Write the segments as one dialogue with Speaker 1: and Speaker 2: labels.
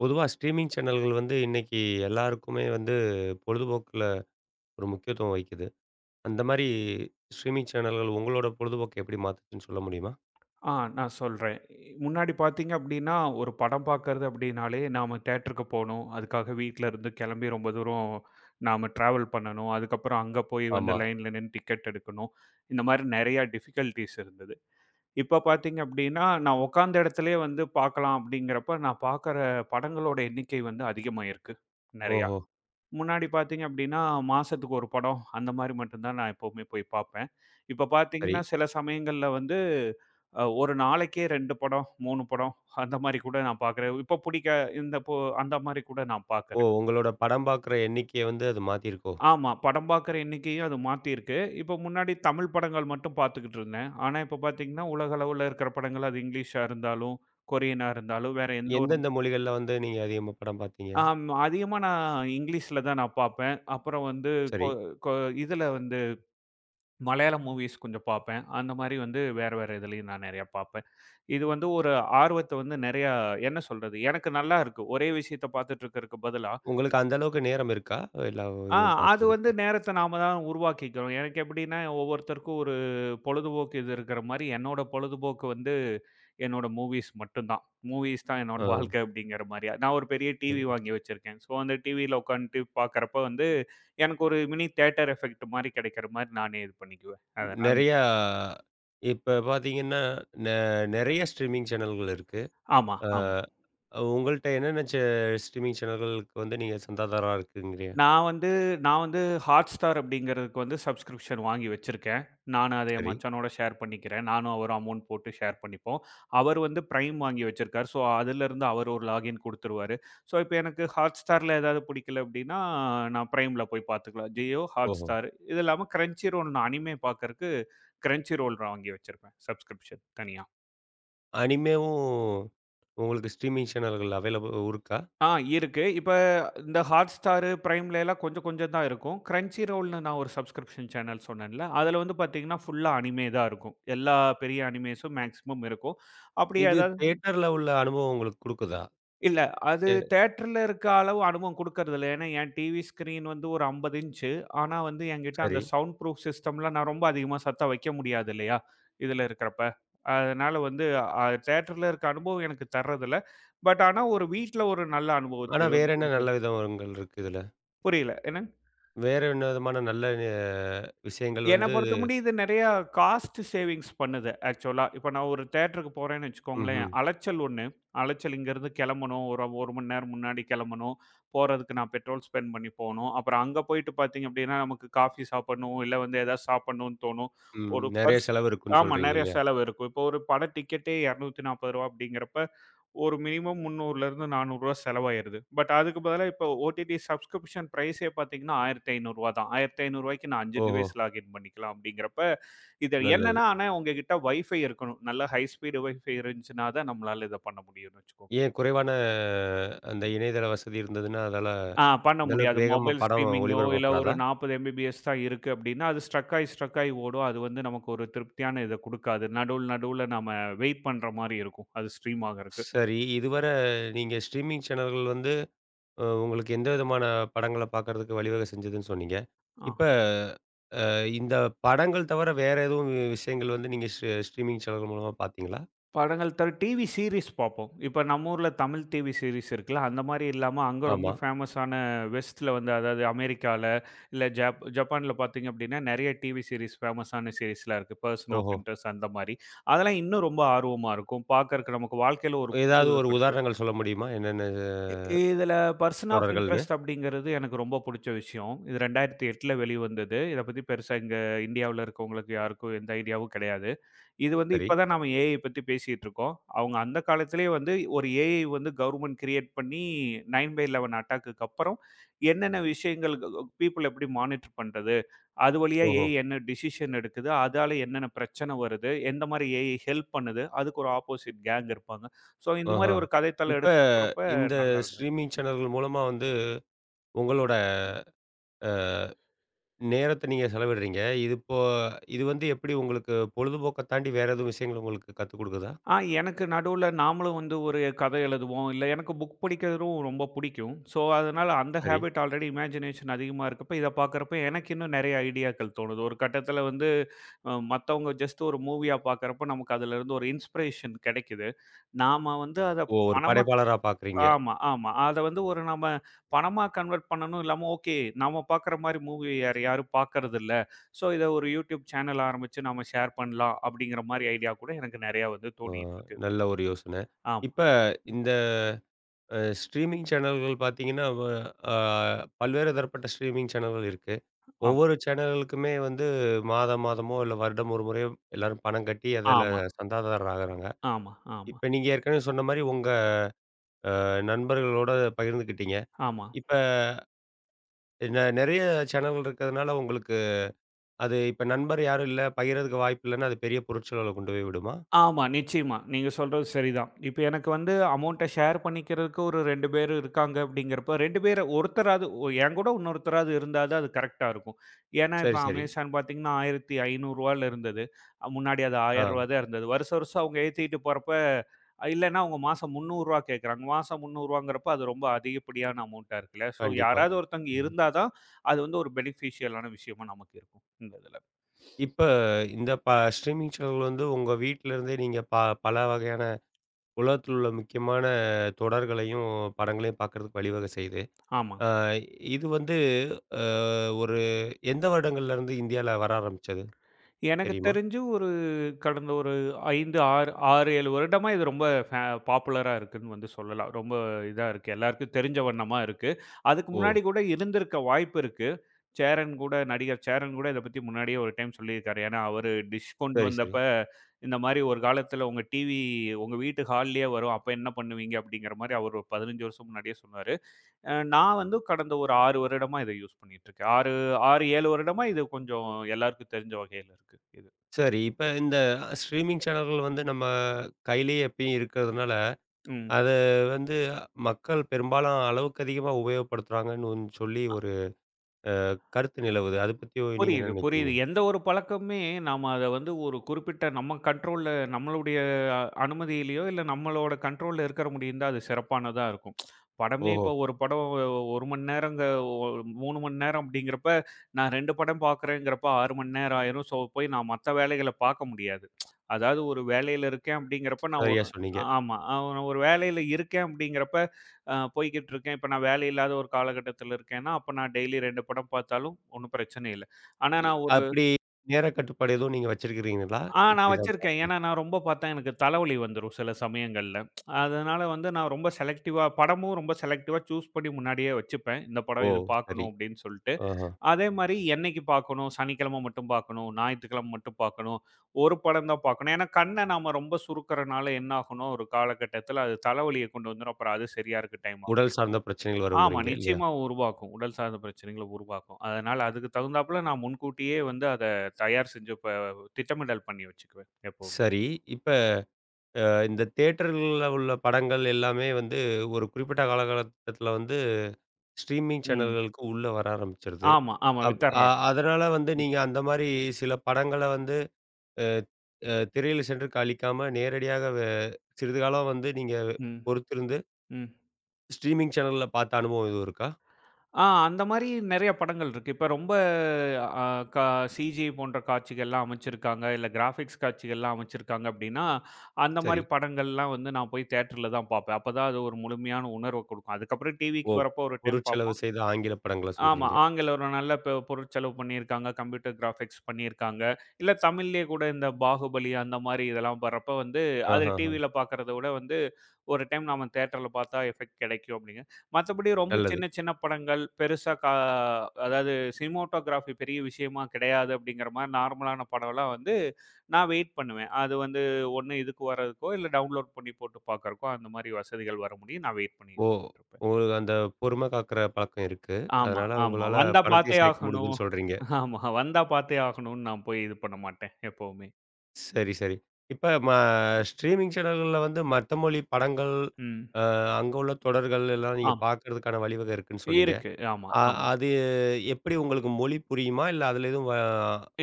Speaker 1: பொதுவா ஸ்ட்ரீமிங் சேனல்கள் வந்து இன்னைக்கு எல்லாருக்குமே வந்து பொழுதுபோக்குல ஒரு முக்கியத்துவம் வைக்குது. அந்த மாரி ஸ்ட்ரீமிங் சேனல்கள் உங்களோட பொழுதுபோக்க எப்படி மாத்துச்சுன்னு சொல்ல முடியுமா?
Speaker 2: நான் சொல்றேன். முன்னாடி பார்த்தீங்க அப்டின்னா, ஒரு படம் பார்க்கறது அப்டின்னாலே, நாம தியேட்டருக்கு போணும். அதுக்காக வீட்ல இருந்து கிளம்பி ரொம்ப தூரம் நாம டிராவல் பண்ணணும். அதுக்கப்புறம் அங்க போய் வந்து
Speaker 1: ஆமா.
Speaker 2: லைன்ல நின்னு டிக்கெட் எடுக்கணும். இந்த மாரி நெறைய டிஃபிகல்டீஸ் இருந்தது. இப்ப பார்த்தீங்க அப்டின்னா, நான் உட்காந்த இடத்திலேயே வந்து பார்க்கலாம் அப்டிங்கிறப்ப, நான் பார்க்குற படங்களோட எண்ணிக்கை வந்து அதிகமாயிருக்கு. நெறையா.
Speaker 1: ஓஹோ!
Speaker 2: முன்னாடி பார்த்தீங்க அப்டின்னா, மாசத்துக்கு ஒரு படம் அந்த மாரி மட்டும் தான் நான் எப்பவுமே போய் பார்ப்பேன். இப்ப
Speaker 1: சரி.
Speaker 2: பார்த்தீங்கன்னா, சில சமயங்கள்ல வந்து ஒரு நாளைக்கே 2 படம், 3 படம் அந்த மாரி கூட நான் பார்க்குறேன். இப்ப புடிக்க இந்த போ அந்த மாரி கூட நான்
Speaker 1: ஓ!
Speaker 2: பார்க்குறேன்.
Speaker 1: உங்களோட படம் பார்க்குற எண்ணிக்கைய வந்து அது மாத்தியிருக்கோ?
Speaker 2: ஆமா. படம் பார்க்குற எண்ணிக்கையும் அது மாத்தியிருக்கு. இப்ப முன்னாடி தமிழ் படங்கள் மட்டும் பார்த்துக்கிட்டு இருந்தேன். ஆனா இப்ப பார்த்தீங்கன்னா, உலக அளவுல இருக்கிற படங்கள் அது இங்கிலீஷா இருந்தாலும், கொரியனா இருந்தாலும் வேற எந்த ஒரு
Speaker 1: எந்தெந்த மொழிகள்ல வந்து நீங்க அதிகமா படம் பார்த்தீங்க?
Speaker 2: அதிகமா நான் இங்கிலீஷ்ல தான் நான் பார்ப்பேன். அப்புறம் வந்து கொ
Speaker 1: சரி.
Speaker 2: கொ இதுல வந்து மலையாளம் மூவிஸ் கொஞ்சம் பார்ப்பேன். அந்த மாரி வந்து வேற, வேற இதுலயும் நான் நெறையா பார்ப்பேன். இது வந்து ஒரு ஆர்வத்த வந்து நெறையா என்ன சொல்றது? எனக்கு நல்லா இருக்கு. ஒரே விஷயத்த பார்த்துட்டு இருக்கறக்கு பதிலா,
Speaker 1: உங்களுக்கு அந்த அளவுக்கு நேரம் இருக்கா? எல்லா
Speaker 2: ஆ
Speaker 1: இதுவும்
Speaker 2: அது வந்து
Speaker 1: பார்க்குறதுக்கு?
Speaker 2: நேரத்த நாம தான் உருவாக்கிக்கிறோம். எனக்கு எப்படின்னா, ஒவ்வொருத்தருக்கும் ஒரு பொழுதுபோக்கு இது இருக்கிற மாரி, என்னோட பொழுதுபோக்கு வந்து என்னோட மூவிஸ் மட்டும்தான். மூவிஸ் தான் என்னோட
Speaker 1: ஆ.
Speaker 2: வாழ்க்கை அப்படிங்கிற மாரி. நான் ஒரு பெரிய டிவி
Speaker 1: சரி.
Speaker 2: வாங்கி வச்சிருக்கேன். ஸோ, அந்த டிவியில உட்காந்துட்டு பார்க்கறப்ப வந்து, எனக்கு ஒரு மினி தியேட்டர் எஃபெக்ட் மாரி கிடைக்கிற மாரி நானே இது பண்ணிக்குவேன். அதனால
Speaker 1: நெறையா இப்ப பார்த்தீங்கன்னா, நெ நெறைய ஸ்ட்ரீமிங் சேனல்கள் இருக்கு.
Speaker 2: ஆமா,
Speaker 1: ஆ.
Speaker 2: ஆமா.
Speaker 1: உங்கள்ட்ட என்னென்ன ஸ்ட்ரீமிங் சேனல்களுக்கு வந்து நீங்க சந்தாதாரரா இருக்குங்கிறீங்க?
Speaker 2: நான் வந்து நான் வந்து Hotstar அப்படிங்கிறதுக்கு வந்து சப்ஸ்கிரிப்ஷன் வாங்கி வச்சிருக்கேன். நானும் அது என்
Speaker 1: சரி.
Speaker 2: மச்சானோட ஷேர் பண்ணிக்கிறேன். நானும் அவரும் அமௌண்ட் போட்டு ஷேர் பண்ணிப்போம். அவர் வந்து Prime வாங்கி வச்சிருக்காரு. ஸோ, அதிலருந்து அவர் ஒரு லாகின் குடுத்துருவாரு. ஸோ, இப்ப எனக்கு Hotstarல ஏதாவது பிடிக்கல அப்படின்னா, நான் Primeல போய் பார்த்துக்கலாம். ஜியோ,
Speaker 1: ஓஹோ!
Speaker 2: Hotstar இது இல்லாம Crunchyroll நான் அனிமே பார்க்கறக்கு Crunchyroll வாங்கி வச்சிருப்பேன். சப்ஸ்கிரிப்ஷன் தனியா.
Speaker 1: அனிமேவும் உங்களுக்கு ஸ்ட்ரீமிங் சேனல்கள் அவைலபிள் இருக்கா?
Speaker 2: ஆ இருக்கு. இப்ப இந்த Hotstar, Primeல எல்லாம் கொஞ்சம் கொஞ்சம் தான் இருக்கும். Crunchyrollனு நான் ஒரு சப்ஸ்கிரிப்ஷன் சேனல் சொன்னேன்ல, அதுல வந்து பார்த்தீங்கன்னா, ஃபுல்லா அனிமே தான் இருக்கும். எல்லா பெரிய அனிமேஸும் மேக்ஸிமம் இருக்கும். அப்படி
Speaker 1: இது
Speaker 2: ஏதாவது
Speaker 1: தியேட்டர்ல உள்ள அனுபவம் உங்களுக்கு குடுக்குதா?
Speaker 2: இல்ல அது
Speaker 1: எ
Speaker 2: தியேட்டர்ல இருக்க அளவு அனுபவம் குடுக்கறதில்ல. ஏன்னா, என் டிவி ஸ்க்ரீன் வந்து ஒரு 50 இன்ச்சு. ஆனா வந்து என்கிட்ட அந்த
Speaker 1: சரி.
Speaker 2: சவுண்ட் ப்ரூஃப் சிஸ்டம்லாம் நான் ரொம்ப அதிகமா சத்தம் வைக்க முடியாது இல்லையா? இதுல இருக்கிறப்ப. அதனால வந்து தியேட்டர்ல இருக்க அனுபவம் எனக்கு தர்றதில்ல. ஆனா ஒரு வீட்ல ஒரு நல்ல அனுபவத்த
Speaker 1: ஆனா
Speaker 2: இது
Speaker 1: வேற
Speaker 2: வந்து
Speaker 1: என்ன
Speaker 2: குடுக்குது.
Speaker 1: நல்ல விதங்கள் இருக்கு இதுல?
Speaker 2: புரியல. என்ன?
Speaker 1: வேற என்ன விதமான நல்ல அ விஷயங்கள்
Speaker 2: என்ன
Speaker 1: வந்து
Speaker 2: பொறுத்தமட்டியும் இது நெறையா காஸ்ட் சேவிங்ஸ் பண்ணுது ஆக்சுவலா. இப்ப நான் ஒரு தியேட்டருக்கு போறேன்னு வச்சுக்கோங்களேன்,
Speaker 1: ம்ஹ்ம்.
Speaker 2: அலைச்சல் ஒண்ணு. அலைச்சல் இங்கேருந்து கெளம்பணும். ஒரு 1 மணி நேரம் முன்னாடி கெளம்பணும். போறதுக்கு நான் பெட்ரோல் ஸ்பெண்ட் பண்ணி போணும். அப்புறம் அங்க போயிட்டு பார்த்தீங்க அப்டின்னா, நமக்கு காஃபி சாப்பிடணும், இல்ல வந்து ஏதாவது சாப்பிடணும்னு தோணும்.
Speaker 1: ம்.
Speaker 2: ஒரு
Speaker 1: நெறைய
Speaker 2: பர்ஸ்
Speaker 1: செலவு இருக்குன்னு
Speaker 2: ஆமா
Speaker 1: சொல்றீங்க
Speaker 2: நெறைய
Speaker 1: இல்லையா?
Speaker 2: செலவு இருக்கும். இப்போ ஒரு பட டிக்கெட்டே ரூ. 240 அப்படிங்கிறப்ப ஒரு மினிமம் 300லேருந்து ரூ. 400 செலவாயிருது. பட் அதுக்கு பதிலா இப்போ ஓடிடி சப்ஸ்கிரிப்ஷன் ப்ரைஸே பார்த்தீங்கன்னா, ரூ. 1500 தான். ரூ. 1500க்கு நான் 5
Speaker 1: ஓஹோ!
Speaker 2: டிவைஸ் லாகின் பண்ணிக்கலாம் அப்படிங்கிறப்ப, இது
Speaker 1: நல்லது.
Speaker 2: என்னன்னா ஆனா உங்ககிட்ட வைஃபை இருக்கணும். நல்ல ஹை ஸ்பீடு வைஃபை இருந்துச்சுன்னா தான் நம்மளால இத பண்ண முடியும்னு வச்சுக்கோங்க.
Speaker 1: ஏன் குறைவான அந்த இணையதள வசதி இருந்ததுன்னா, அதால
Speaker 2: பண்ண
Speaker 1: அந்த அளவுக்கு
Speaker 2: முடியாது.
Speaker 1: வேகமா
Speaker 2: மொபைல்
Speaker 1: படம்
Speaker 2: ஸ்ட்ரீமிங்கோ இல்ல ஒரு
Speaker 1: ஒளிபரப்பப்படாதா?
Speaker 2: 40 எம்பிபிஎஸ் தான் இருக்கு அப்படின்னா, அது ஸ்ட்ரக் ஆயி ஸ்ட்ரக் ஆயி ஓடும். அது வந்து நமக்கு ஒரு திருப்தியான இத குடுக்காது. நடுவுல நடுவுல நாம வெயிட் பண்ற மாரி இருக்கும். அது ஸ்ட்ரீம் ஆகறக்கு.
Speaker 1: சரி. இதுவரை நீங்க ஸ்ட்ரீமிங் சேனல்கள் வந்து உங்களுக்கு எந்த விதமான படங்கள பார்க்கறதுக்கு வழிவகை செஞ்சதுன்னு சொன்னீங்க.
Speaker 2: ஆ.
Speaker 1: இப்ப அ இந்த படங்கள் தவிர வேற எதுவும் விஷயங்கள் வந்து நீங்க ஸ்ட்ரீமிங் சேனல்கள் மூலமா பார்த்தீங்களா?
Speaker 2: படங்கள் தவிர டிவி சீரிஸ் பார்ப்போம். இப்ப நம்ம ஊர்ல தமிழ் டிவி சீரிஸ் இருக்குல்ல, அந்த மாரி இல்லாம அங்க ரொம்ப
Speaker 1: ஆமா.
Speaker 2: ஃபேமஸான வெஸ்ட்ல வந்து அதாவது அமெரிக்கால, இல்ல ஜப்பான்ல பார்த்தீங்க அப்படின்னா, நெறைய டிவி சீரிஸ் ஃபேமஸான சீரிஸ்லாம் இருக்கு. பர்சன் ஆஃப்
Speaker 1: ஓஹோ!
Speaker 2: இன்ட்ரெஸ்ட் அந்த மாரி. அதெல்லாம் இன்னும் ரொம்ப ஆர்வமா இருக்கும். பார்க்கறக்கு நமக்கு வாழ்க்கையில ஒரு புது
Speaker 1: ஏதாவது
Speaker 2: இது
Speaker 1: ஒரு
Speaker 2: கிடைக்கும்.
Speaker 1: உதாரணங்கள் சொல்ல முடியுமா? என்னென்ன
Speaker 2: இ இதுல பர்சன் ஆஃப்
Speaker 1: தொடர்கள்ன்னு?
Speaker 2: இன்ட்ரெஸ்ட் அப்படிங்கிறது எனக்கு ரொம்ப புடிச்ச விஷயம். இது 2008ல வெளிவந்தது. இத பத்தி பெருசா இங்க இந்தியாவுல இருக்கவங்களுக்கு யாருக்கும் எந்த ஐடியாவும் கிடையாது. இது வந்து
Speaker 1: சரி.
Speaker 2: இப்ப தான் நாம ஏஐ பத்தி பேசிட்டு இருக்கோம். அவங்க அந்த காலத்திலேயே வந்து ஒரு ஏஐ வந்து கவர்ன்மெண்ட் கிரியேட் பண்ணி 9/11 அட்டாக்குக்கு அப்புறம் என்னென்ன விஷயங்கள் பீப்பிள் எப்படி மானிட்டர் பண்றது? அது வழியா
Speaker 1: ஓஹோ!
Speaker 2: ஏஐ என்ன டிசிஷன் எடுக்குது? அதால என்னென்ன பிரச்சனை வருது? எந்த மாரி ஏஐ ஹெல்ப் பண்ணுது? அதுக்கு ஒரு ஆப்போசிட் கேங் இருப்பாங்க. ஸோ இந்த மாரி
Speaker 1: ஆஹா.
Speaker 2: ஒரு கதைத்தளம்
Speaker 1: இப்ப
Speaker 2: எடுத்துட்டு போறப்ப
Speaker 1: இந்த
Speaker 2: நல்லா இருந்தது.
Speaker 1: ஸ்ட்ரீமிங் சேனல்கள் மூலமா வந்து உங்களோட அ நேரத்த நீங்க செலவிடுறீங்க. இது இப்போ இது வந்து எப்படி உங்களுக்கு பொழுதுபோக்க தாண்டி வேற எதுவும் விஷயங்கள் உங்களுக்கு கத்துக் குடுக்குதா?
Speaker 2: ஆ எனக்கு நடுவுல நாமளும் வந்து ஒரு கதை எழுதுவோம். இல்ல எனக்கு புக் படிக்கிறதும் ரொம்ப பிடிக்கும். ஸோ, அதனால அந்த
Speaker 1: சரி.
Speaker 2: ஹேபிட் ஆல்ரெடி இமேஜினேஷன் அதிகமா இருக்கப்ப, இத பார்க்கறப்ப எனக்கு இன்னும் நெறைய ஐடியாக்கள் தோணுது. ஒரு கட்டத்தில வந்து மத்தவங்க ஜஸ்ட் ஒரு மூவியா பார்க்கறப்ப நமக்கு அதுலருந்து ஒரு இன்ஸ்பிரேஷன் கெடைக்குது. நாம வந்து ம். அத
Speaker 1: ஓ! ஒரு
Speaker 2: பணமா
Speaker 1: படைப்பாளரா பார்க்குறீங்க.
Speaker 2: ஆமா, ஆமா. அத வந்து ஒரு நம்ம பணமா கன்வெர்ட் பண்ணணும் இல்லாம ஓகே. நம்ம பார்க்குற மாரி மூவி வேற யாரும் பார்க்கறதில்ல. ஸோ, இத ஒரு யூடியூப் சேனல் ஆரம்பிச்சு நாம ஷேர் பண்ணலாம். அப்படிங்கிற மாரி ஐடியா கூட எனக்கு நெறையா வந்து
Speaker 1: அ
Speaker 2: தோணிட்டு இருக்கு.
Speaker 1: நல்ல ஒரு யோசனை.
Speaker 2: ஆமா,
Speaker 1: இப்ப இந்த அ ஸ்ட்ரீமிங் சேனல்கள் பார்த்தீங்கன்னா, வ அ பல்வேறு தரப்பட்ட ஸ்ட்ரீமிங் சேனல்கள் இருக்கு.
Speaker 2: ஆமா,
Speaker 1: ஒவ்வொரு சேனல்களுக்குமே வந்து மாதம் மாதமோ, இல்ல வருடம் ஒரு முறையோ எல்லாரும் பணம் கட்டி அதில
Speaker 2: ஆமா,
Speaker 1: சந்தாதாரர் ஆகுறாங்க.
Speaker 2: ஆமா, ஆமா,
Speaker 1: இப்ப நீங்க ஏற்கனவே சொன்ன மாரி உங்க நண்பர்களோட பகிர்ந்துக்கிட்டீங்க.
Speaker 2: ஆமா,
Speaker 1: இப்ப நெறைய சேனல்கள் இருக்கிறதுனால உங்களுக்கு அது இப்ப நண்பர் யாரும் இல்ல, பகிர்றதுக்கு வாய்ப்பு இல்லன்னா, அது பெரிய பொருட்செலவுல கொண்டு போய் விடுமா?
Speaker 2: ஆமா. நிச்சயமா. நீங்க சொல்றது சரிதான். இப்ப எனக்கு வந்து அமௌண்ட்ட ஷேர் பண்ணிக்கிறதுக்கு ஒரு 2 பேரு இருக்காங்க அப்படிங்கிறப்ப, 2 பேர ஒருத்தராவது ஒ என் கூட இன்னொருத்தராவது இருந்தா தான் அது கரெக்ட்டா இருக்கும். ஏன்னா, இப்ப
Speaker 1: சரி, சரி.
Speaker 2: அமேசான் பார்த்தீங்கன்னா, ரூ. 1500ல இருந்தது. அ முன்னாடி அது ரூ.
Speaker 1: ஆ,
Speaker 2: 1000 தான் இருந்தது. வருஷம் வருஷம் அவங்க ஏத்திட்டு போறப்ப, இல்லன்னா அவங்க மாசம் ரூ. 300 கேட்கறாங்க. மாசம் ரூ. 300ங்கிறப்ப அது ரொம்ப அதிகப்படியான அமௌண்ட்டா இருக்குல்ல. ஸோ
Speaker 1: கண்டிப்பா.
Speaker 2: யாராவது ஒருத்தவங்க
Speaker 1: ம்.
Speaker 2: இருந்தா தான், அது வந்து ஒரு பெனிஃபிஷியல் ஆன விஷயமா நமக்கு இருக்கும். இந்த இதுல.
Speaker 1: இப்ப இந்த ஸ்ட்ரீமிங் சேனல் வந்து உங்க வீட்ல இருந்தே நீங்க பல வகையான உலகத்தில் உள்ள முக்கியமான தொடர்களையும், படங்களையும் பார்க்கறதுக்கு வழிவகை செய்யுது.
Speaker 2: ஆமா.
Speaker 1: அ இது வந்து அ ஒரு எந்த வருடங்கள்ல இருந்து இந்தியால வர ஆரம்பிச்சது
Speaker 2: எனக்கு
Speaker 1: தெரியுமா?
Speaker 2: தெரிஞ்சு ஒரு கடந்த ஒரு 5, 6 6, 7 வருடமா இது ரொம்ப பாப்புலரா இருக்குன்னு வந்து சொல்லலாம். ரொம்ப இதா இருக்கு. எல்லாருக்கும் தெரிஞ்ச வண்ணமா இருக்கு. அதுக்கு
Speaker 1: ஓ!
Speaker 2: முன்னாடி கூட இருந்திருக்க வாய்ப்பு இருக்கு. சேரன் கூட நடிகர் சேரன் கூட இத பத்தி முன்னாடியே ஒரு டைம் சொல்லியிருக்காரு. ஏன்னா, அவரு டிஷ் கொண்டு
Speaker 1: சரி, சரி.
Speaker 2: வந்தப்ப, இந்த மாரி ஒரு காலத்தில உங்க டிவி உங்க வீட்டு ஹால்லயே வரும். அப்ப என்ன பண்ணுவீங்க? அப்படிங்கிற மாரி அவர் ஒரு 15 வருஷம் முன்னாடியே சொன்னாரு. அ நான் வந்து கடந்த ஒரு 6 வருடமா இத யூஸ் பண்ணிட்டு இருக்கேன். 6, 6, 7 வருடமா இது கொஞ்சம் எல்லாருக்கும் தெரிஞ்ச வகையில இருக்கு இது.
Speaker 1: சரி. இப்ப இந்த ஸ்ட்ரீமிங் சேனல்கள் வந்து நம்ம கையிலேயே எப்பயும் இருக்கிறதுனால,
Speaker 2: ம்.
Speaker 1: அத வந்து மக்கள் பெரும்பாலும் அளவுக்கு அதிகமா உபயோகப்படுத்துறாங்கன்னு ஒண்ணு சொல்லி ஒரு கருத்து நிலவுது. அத பத்தி நீங்க என்ன
Speaker 2: புரியுது, புரியுது.
Speaker 1: நினைக்கிறீங்க?
Speaker 2: எந்த ஒரு பழக்கமுமே நாம அத வந்து ஒரு குறிப்பிட்ட நம்ம கண்ட்ரோல்ல நம்மளுடைய அனுமதியிலயோ, இல்ல நம்மளோட கண்ட்ரோல்ல இருக்கிற முடியும்தான் அது சிறப்பானதா இருக்கும். படமே
Speaker 1: ஓஹோ!
Speaker 2: இப்போ ஒரு படம் 1 மணி நேரங்க ஒ 3 மணி நேரம் அப்படிங்கிறப்ப, நான் 2 படம் பார்க்குறேங்கிறப்ப 6 மணி நேரம் ஆயிரும். ஸோ, போய் நான் மத்த வேலைகள பார்க்க முடியாது. அதாவது ஒரு வேலையில இருக்கேன் அப்படிங்கிறப்ப நான்
Speaker 1: சரியா
Speaker 2: ஒரு
Speaker 1: சொன்னீங்க.
Speaker 2: ஆமா. நான் ஒரு வேலையில இருக்கேன் அப்படிங்கிறப்ப, அ போய்க்கிட்டு இருக்கேன். இப்ப நான் வேலை இல்லாத ஒரு காலகட்டத்தில இருக்கேன்னா, அப்ப நான் டெய்லி 2 படம் பார்த்தாலும் ஒண்ணும் பிரச்சனை இல்ல. ஆனா
Speaker 1: இ
Speaker 2: நான் ஒரு
Speaker 1: அப்படி நேர கட்டுப்பாடு எதுவும் நீங்க வச்சிருக்கிறீங்களா?
Speaker 2: ஆ நான்
Speaker 1: இப்படிதான்
Speaker 2: வச்சிருக்கேன்.
Speaker 1: பார்க்கணும்.
Speaker 2: ஏன்னா நான் ரொம்ப பார்த்தா எனக்கு தலைவலி வந்துரும் சில சமயங்கள்ல. அதனால வந்து நான் ரொம்ப செலக்டிவா படமும் ரொம்ப செலக்டிவா சூஸ் பண்ணி முன்னாடியே வச்சுப்பேன். இந்த படம்
Speaker 1: ஓ!
Speaker 2: இது
Speaker 1: சரி.
Speaker 2: பார்க்கணும் அப்படின்னு சொல்லிட்டு.
Speaker 1: ஆஹா.
Speaker 2: அதே மாரி என்னைக்கு பார்க்கணும், சனிக்கிழமை மட்டும் பார்க்கணும், ஞாயிற்றுக்கிழமை மட்டும் பார்க்கணும், ஒரு படம் தான் பார்க்கணும். ஏன்னா கண்ண நாம ரொம்ப சுருக்குறனால என்ன ஆகும்னா, ஒரு காலகட்டத்தில அது தலைவலிய கொண்டு வந்துரும். அப்புறம் அது சரியாறக்கு டைம் ஆகும்.
Speaker 1: உடல் சார்ந்த பிரச்சனைகள்
Speaker 2: ஆமா.
Speaker 1: வருங்கிறீங்க இல்லையா?
Speaker 2: நிச்சயமா உருவாக்கும். உடல் சார்ந்த பிரச்சனைகள உருவாக்கும். அதனால அதுக்கு தகுந்தாப்புல நான் முன்கூட்டியே வந்து அத தயார் செஞ்சு ப திட்டமிடல் பண்ணி வச்சுக்குவேன் எப்பவுமே.
Speaker 1: சரி. இப்ப இந்த தியேட்டர்கள்ல உள்ள படங்கள் எல்லாமே வந்து ஒரு குறிப்பிட்ட காலகட்டத்தில வந்து ஸ்ட்ரீமிங்
Speaker 2: ம்.
Speaker 1: சேனல்களுக்கு உள்ள வர ஆரம்பிச்சுருது.
Speaker 2: ஆமா, ஆமா.
Speaker 1: அப் அ
Speaker 2: வித்தர்றாங்க.
Speaker 1: அதனால வந்து
Speaker 2: ம்,
Speaker 1: நீங்க அந்த மாரி சில படங்கள வந்து அ அ திரையில சென்று கழிக்காம நேரடியாக சிறிது காலம் வந்து நீங்க
Speaker 2: ம்,
Speaker 1: பொறுத்திருந்து
Speaker 2: ம்.
Speaker 1: ஸ்ட்ரீமிங் சேனல்ல பார்த்த அனுபவம் எதுவும் இருக்கா?
Speaker 2: ஆ அந்த மாரி நெறைய படங்கள் இருக்கு. இப்ப ரொம்ப அ கா சிஜி போன்ற காட்சிகள்லாம் அமைச்சிருக்காங்க. இல்ல கிராபிக்ஸ் காட்சிகள்லாம் அமைச்சிருக்காங்க அப்டின்னா, அந்த
Speaker 1: சரி.
Speaker 2: மாரி படங்கள்லாம் வந்து நான் போய் தியேட்டர்ல தான் பார்ப்பேன். அப்பதான் அது ஒரு முழுமையான உணர்வ குடுக்கும். அதுக்கப்புறம்
Speaker 1: ஓ!
Speaker 2: டிவிக்கு வரப்போ ஒரு டைம்
Speaker 1: பொருட்செலவு
Speaker 2: பார்ப்போம்.
Speaker 1: செய்த ஆங்கில படங்கள
Speaker 2: ஆமா.
Speaker 1: சொல்றீங்க.
Speaker 2: ஆங்கில ஒரு நல்ல பொருட்செலவு பண்ணியிருக்காங்க. கம்ப்யூட்டர் கிராபிக்ஸ் பண்ணியிருக்காங்க. இல்ல தமிழ்லயே கூட இந்த பாகுபலி அந்த மாரி இதெல்லாம் வர்றப்ப வந்து, அது
Speaker 1: ஆஹஹ.
Speaker 2: டிவில பார்க்கறத விட வந்து, ஒரு டைம் நாம தியேட்டர்ல பார்த்தா எஃபெக்ட் கிடைக்கும் அப்டிங்க. மத்தபடி ரொம்ப
Speaker 1: நல்லது.
Speaker 2: சின்ன சின்ன படங்கள், பெருசா அதாவது சினிமாட்டோகிராஃபி பெரிய விஷயமா கிடையாது அப்டிங்கிற மாரி நார்மலான படம்லாம் வந்து, நான் வெயிட் பண்ணுவேன். அது வந்து ஒண்ணு இதுக்கு வர்றதுக்கோ, இல்ல டவுன்லோட் பண்ணி போட்டு பார்க்கறக்கோ, அந்த மாரி வசதிகள் வர முடியும். நான் வெயிட்
Speaker 1: ஓ!
Speaker 2: பண்ணிட்டு இருப்பேன்.
Speaker 1: உங்களுக்கு அந்த பொறுமை காக்குற பழக்கம் இருக்கு.
Speaker 2: ஆமா,
Speaker 1: அதனால
Speaker 2: ஆமா.
Speaker 1: உங்களால
Speaker 2: வந்தா பார்த்தே
Speaker 1: பணத்தையும் சேர்க்க
Speaker 2: ஆகணும்.
Speaker 1: முடியுதுன்னு சொல்றீங்க.
Speaker 2: ஆமா. வந்தா பார்த்தே ஆகணும்னு நான் போய் இது பண்ண மாட்டேன் எப்பவுமே.
Speaker 1: சரி, சரி. இப்ப ஸ்ட்ரீமிங் சேனல்கள்ல வந்து மத்த மொழி படங்கள்,
Speaker 2: ம்.
Speaker 1: அ அங்க உள்ள தொடர்கள் எல்லாம் நீங்க
Speaker 2: ஆமா.
Speaker 1: பார்க்கறதுக்கான வழிவகை இருக்குன்னு சொன்னீங்க.
Speaker 2: இருக்கு. ஆமா,
Speaker 1: அ
Speaker 2: ஆமா.
Speaker 1: அது எப்படி உங்களுக்கு மொழி புரியுமா? இல்ல அதுல எதுவும் வ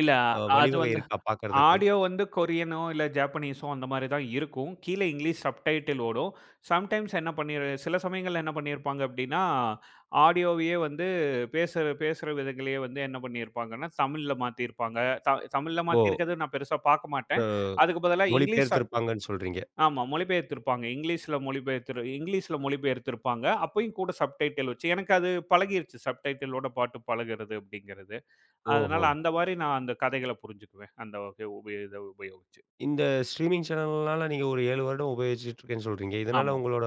Speaker 2: இல்ல
Speaker 1: அ
Speaker 2: அது
Speaker 1: வழிவகை
Speaker 2: வந்து
Speaker 1: இருக்கா பார்க்கறதுக்கு?
Speaker 2: ஆடியோ வந்து கொரியனோ, இல்ல ஜாப்பனீஸோ அந்த மாரி தான் இருக்கும். கீழ இங்கிலீஷ் சப்டைட்டில் ஓடும். சம்டைம்ஸ் என்ன பண்ணிரு சில சமயங்கள்ல என்ன பண்ணியிருப்பாங்க அப்டின்னா, ஆடியோவையே வந்து பேசுற பேசுற விதங்களையே வந்து என்ன பண்ணியிருப்பாங்கன்னா, தமிழ்ல மாத்தியிருப்பாங்க. த தமிழ்ல
Speaker 1: ஓ!
Speaker 2: மாத்தியிருக்கறது நான் பெருசா பார்க்க
Speaker 1: அ
Speaker 2: மாட்டேன். அதுக்கு பதிலா இங்கிலீஷ்
Speaker 1: மொழிபெயர்த்திருப்பாங்கன்னு சொல்றீங்க.
Speaker 2: ஆமா. மொழிபெயர்த்திருப்பாங்க. இங்கிலீஷ்ல மொழிபெயர்த்திருப்பாங்க. அப்பயும் கூட சப்டைட்டில் வச்சு எனக்கு அது பழகிருச்சு. சப்டைட்டிலோட பாட்டு பழகுறது அப்படிங்கிறது. அதனால
Speaker 1: ஓஹோ!
Speaker 2: அந்த மாரி நான் அந்த கதைகள புரிஞ்சுக்குவேன். அந்த வகை உபய இத உபயோகிச்சு.
Speaker 1: இந்த ஸ்ட்ரீமிங் சேனல்னால நீங்க ஒரு 7 வருடம் உபயோகிச்சுட்டு இருக்கேன்னு சொல்றீங்க. இதனால
Speaker 2: ஆமா.
Speaker 1: உங்களோட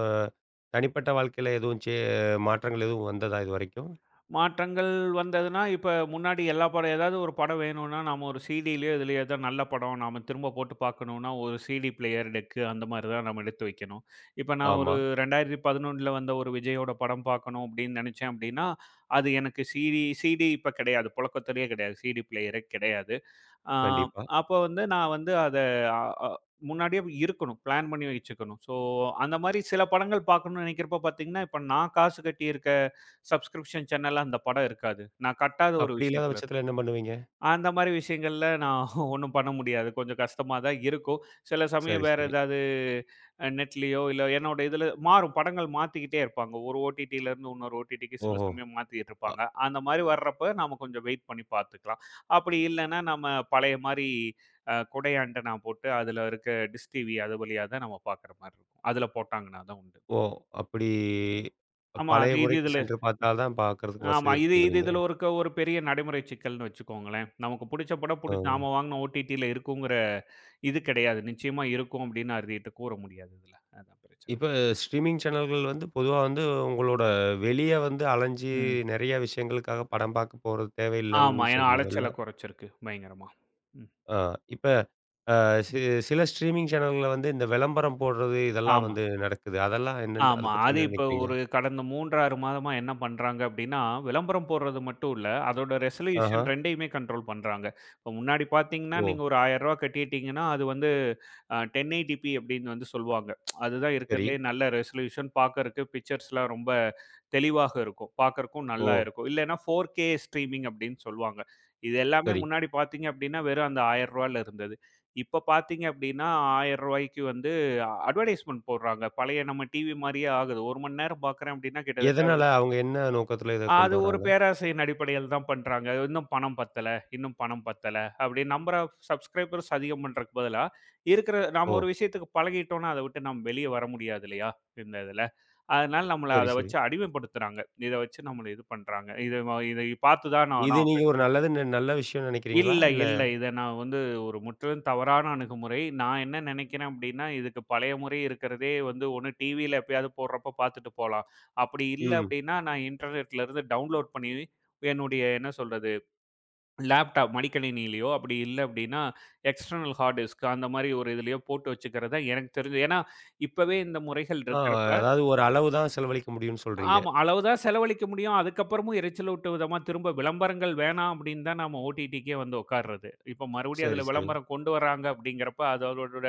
Speaker 1: தனிப்பட்ட வாழ்க்கையில எதுவும் மாற்றங்கள் எதுவும் வந்ததா இதுவரைக்கும்?
Speaker 2: மாற்றங்கள் வந்ததுன்னா, இப்ப முன்னாடி எல்லா படம் ஏதாவது ஒரு படம் வேணும்னா, நாம ஒரு சிடிலயோ, இதுலயோ ஏதோ நல்ல படம் நாம திரும்ப போட்டு பார்க்கணும்னா, ஒரு சிடி பிளேயர், டெக்கு அந்த மாரி தான் நம்ம எடுத்து வைக்கணும். இப்ப நான் ஒரு
Speaker 1: ஆமா,
Speaker 2: 2011ல வந்த ஒரு விஜயோட படம் பார்க்கணும் அப்படின்னு நெனைச்சேன் அப்படின்னா, அது எனக்கு சிடி சிடி இப்ப கிடையாது. புழக்கத்திலேயே கிடையாது. சிடி பிளேயரே கிடையாது. ஆ
Speaker 1: கண்டிப்பா.
Speaker 2: அப்ப வந்து நான் வந்து அத அ அ முன்னாடியே இருக்கணும். பிளான் பண்ணி வச்சுக்கணும். ஸோ அந்த மாரி சில படங்கள் பார்க்கணும்னு நெனைக்கிறப்ப பார்த்தீங்கன்னா, இப்ப நான் காசு கட்டி சப்ஸ்கிரிப்ஷன் சேனல்ல அந்த படம் இருக்காது. நான் கட்டாத ஒரு
Speaker 1: அப்படி இல்லாத
Speaker 2: விஷயத்துல இருக்கும்.
Speaker 1: பட்சத்தில என்ன பண்ணுவீங்க?
Speaker 2: அந்த மாரி விஷயங்கள்ல நான் ஒண்ணும் பண்ண முடியாது. கொஞ்சம் கஷ்டமா தான் இருக்கும். சில சமயம்
Speaker 1: சரி,
Speaker 2: வேற
Speaker 1: சரி.
Speaker 2: ஏதாவது நெட்லயோ இல்ல என்னோட இதுல மாறும். படங்கள் மாத்திக்கிட்டே இருப்பாங்க. ஒரு ஓடிடில இருந்து இன்னொரு ஓடிடிக்கு சில
Speaker 1: ஓஹோ!
Speaker 2: சமயம் மாத்திட்டு
Speaker 1: அ
Speaker 2: இருப்பாங்க. அந்த மாரி வர்றப்ப நாம கொஞ்சம் வெயிட் பண்ணி பார்த்துக்கலாம். அப்படி இல்லன்னா, நம்ம பழைய மாரி கொடையாண்டனா போட்டு அதுல இருக்க டிஷ் டிவி அது வழியா தான் நம்ம பார்க்குற மாரி இருக்கும். அதுல போட்டாங்கன்னா தான் உண்டு.
Speaker 1: ஓ! அப்படி
Speaker 2: ஆமா.
Speaker 1: பழைய
Speaker 2: அது இது
Speaker 1: முறைக்கு
Speaker 2: இதுல
Speaker 1: சென்று பார்த்தா தான் பார்க்கறதுக்கு
Speaker 2: ஆமா.
Speaker 1: வசதி
Speaker 2: இது இது
Speaker 1: இருக்குங்கிறீங்க.
Speaker 2: இதுல ஒருக்க ஒரு பெரிய நடைமுறை சிக்கல்ன்னு வச்சுக்கோங்களேன். நமக்கு புடிச்ச படம்
Speaker 1: ஆ.
Speaker 2: புடிச்சு நாம வாங்குன ஓடிடில இருக்குங்கிற இது கிடையாது. நிச்சயமா இருக்கும் அப்படின்னு அறுதியிட்டு கூற முடியாது இதுல. அதான் பிரச்சனை.
Speaker 1: இப்ப ஸ்ட்ரீமிங் சேனல்கள் வந்து பொதுவா வந்து உங்களோட வெளிய வந்து அலைஞ்சு
Speaker 2: ம்.
Speaker 1: நெறைய விஷயங்களுக்காக படம் பார்க்க போறது
Speaker 2: ஆமா.
Speaker 1: தேவையில்லைன்னு
Speaker 2: ஏன்னா
Speaker 1: சொல்றீங்கல்ல?
Speaker 2: அலைச்சல குறைச்சிருக்கு பயங்கரமா. ம்.
Speaker 1: ஆ, இப்ப அ சி
Speaker 2: ம்.
Speaker 1: சில ஸ்ட்ரீமிங் சேனல்கள்ல வந்து இந்த விளம்பரம் போடுறது இதெல்லாம்
Speaker 2: ஆமா.
Speaker 1: வந்து நடக்குது. அதெல்லாம் என்னன்னு அத
Speaker 2: ஆமா.
Speaker 1: பத்தி
Speaker 2: அது
Speaker 1: என்ன
Speaker 2: இப்ப
Speaker 1: நினைக்கிறீங்க?
Speaker 2: ஒரு கடந்த 3 6 மாதமா என்ன பண்றாங்க அப்டின்னா, விளம்பரம் போடுறது மட்டும் இல்ல. அதோட
Speaker 1: ஆஹா.
Speaker 2: ரெசல்யூஷன் 2யுமே கண்ட்ரோல் பண்றாங்க. இப்ப முன்னாடி பார்த்தீங்கன்னா,
Speaker 1: ஓ!
Speaker 2: நீங்க ஒரு ரூ. 1000 கட்டிட்டீங்கன்னா, அது வந்து 1080p அப்டின்னு வந்து சொல்வாங்க. அதுதான்
Speaker 1: சரி.
Speaker 2: இருக்கிறதுலயே நல்ல ரெசல்யூஷன் பார்க்கறக்கு பிக்சர்ஸ்லாம் ரொம்ப தெளிவாக இருக்கும். பார்க்கறக்கும்
Speaker 1: ஓ!
Speaker 2: நல்லா இருக்கும். இல்லன்னா 4K ஸ்ட்ரீமிங் அப்டின்னு சொல்வாங்க. இது எல்லாமே
Speaker 1: சரி.
Speaker 2: முன்னாடி பார்த்தீங்க அப்டின்னா, வெறும் அந்த ரூ. 1000ல இருந்தது. இப்ப பார்த்தீங்க அப்டின்னா, ரூ. 1000க்கு வந்து அட்வர்டைஸ்மென்ட் போடுறாங்க. பழைய நம்ம டிவி மாரியே ஆகுது. 1 மணி நேரம் பார்க்குறேன் அப்டின்னா, கிட்டத்தட்ட
Speaker 1: எதனால
Speaker 2: அதுல
Speaker 1: அவங்க என்ன நோக்கத்துல இத கொண்டு
Speaker 2: அது ஒரு
Speaker 1: வராங்க?
Speaker 2: பேராசையின் அடிப்படையில் தான் பண்றாங்க. "இன்னும் பணம் பத்தல, இன்னும் பணம் பத்தல" அப்டின்னு நம்பர் ஆஃப் சப்ஸ்கிரைபர்ஸ் அதிகம் பண்றதுக்கு பதிலா, இருக்கிற நாம
Speaker 1: ஓ!
Speaker 2: ஒரு விஷயத்துக்கு பழகிட்டோம்னா, அத விட்டு நம்ம வெளிய வர முடியாது இல்லையா? இந்த இதுல. அதனால நம்மள
Speaker 1: சரி,
Speaker 2: அத
Speaker 1: சரி.
Speaker 2: வச்சு அடிமைப்படுத்துறாங்க. இத வச்சு நம்மள இது பண்றாங்க. இத இத பார்த்து தான் நானா
Speaker 1: இது நீங்க ஒரு நல்லதுன்னு நல்ல விஷயம்னு நினைக்கிறீங்களா?
Speaker 2: இல்ல,
Speaker 1: இல்ல
Speaker 2: இல்ல. இத நான் வந்து ஒரு முற்றிலும் தவறான அணுகுமுறை. நான் என்ன நினைக்கிறேன் அப்படின்னா, இதுக்கு பழைய முறை இருக்கிறதே வந்து ஒண்ணு டிவியில எப்பயாவது போடுறப்ப பார்த்துட்டு போலாம். அப்படி இல்ல
Speaker 1: ம்.
Speaker 2: அப்படின்னா, நான் இன்டர்நெட்ல இருந்து டவுன்லோட் பண்ணி என்னுடைய என்ன சொல்றது, லேப்டாப் மடிக்கணினியிலயோ அப்படி இல்ல அப்படின்னா, எக்ஸ்டர்னல் ஹார்ட் டிஸ்க் அந்த மாரி ஒரு இதுலயோ போட்டு வச்சுக்கிறது தான் எனக்கு தெரிஞ்சு. ஏன்னா, இப்பவே இந்த முறைகள்
Speaker 1: ஆ,
Speaker 2: இருக்கிறப்ப
Speaker 1: அதாவது ஒரு அளவு தான் செலவழிக்க முடியும்னு சொல்றீங்க.
Speaker 2: ஆமா. அளவு தான் செலவழிக்க முடியும். அதுக்கப்புறமும் எரிச்சலூட்டும் விதமா திரும்ப விளம்பரங்கள் வேணாம் அப்படின்னு தான் நாம ஓடிடிக்கே வந்து உட்கார்றது. இப்போ மறுபடியும்
Speaker 1: சரி,
Speaker 2: அதில
Speaker 1: சரி.
Speaker 2: விளம்பரம் கொண்டு வராங்க அப்படிங்கிறப்ப, அது அதோட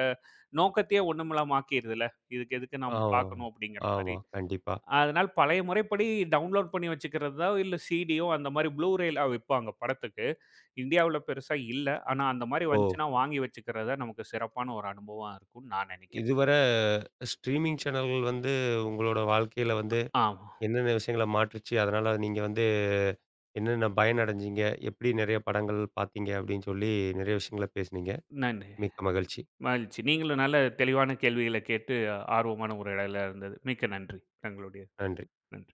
Speaker 2: நோக்கத்தையே ஒண்ணுமில்லாம ஆக்கிருதுல்ல. இதுக்கு எதுக்கு
Speaker 1: ஆ.
Speaker 2: நாம பார்க்கணும் அப்படிங்கிற
Speaker 1: ஆமா,
Speaker 2: மாரி.
Speaker 1: கண்டிப்பா.
Speaker 2: அதனால பழைய முறைப்படி டவுன்லோட் பண்ணி வச்சுக்கிறதோ, இல்ல சிடியோ அந்த மாரி ப்ளூரேல விப்பாங்க படத்துக்கு. இந்தியாவுல பெருசா இல்ல. ஆனா அந்த மாரி
Speaker 1: ஓ!
Speaker 2: வந்துச்சுன்னா வாங்கி வச்சுக்கிறது தான் நமக்கு சிறப்பான ஒரு அனுபவமா இருக்கும்னு நான் நினைக்கிறேன்.
Speaker 1: இதுவர ஸ்ட்ரீமிங் சேனல்கள் வந்து உங்களோட வாழ்க்கையில வந்து
Speaker 2: ஆமா.
Speaker 1: என்னென்ன விஷயங்கள மாற்றுச்சு? அதனால நீங்க வந்து என்னென்ன பயனடைஞ்சீங்க? எப்படி நெறைய படங்கள் பார்த்தீங்க? அப்படின்னு சொல்லி நெறைய விஷயங்கள பேசுனீங்க.
Speaker 2: நன்றி.
Speaker 1: மிக்க மகிழ்ச்சி.
Speaker 2: மகிழ்ச்சி. நீங்களும் நல்ல தெளிவான கேள்விகள கேட்டு ஆர்வமான உரையாடலா இருந்தது. மிக்க நன்றி. தங்களுடைய
Speaker 1: நன்றி.
Speaker 2: நன்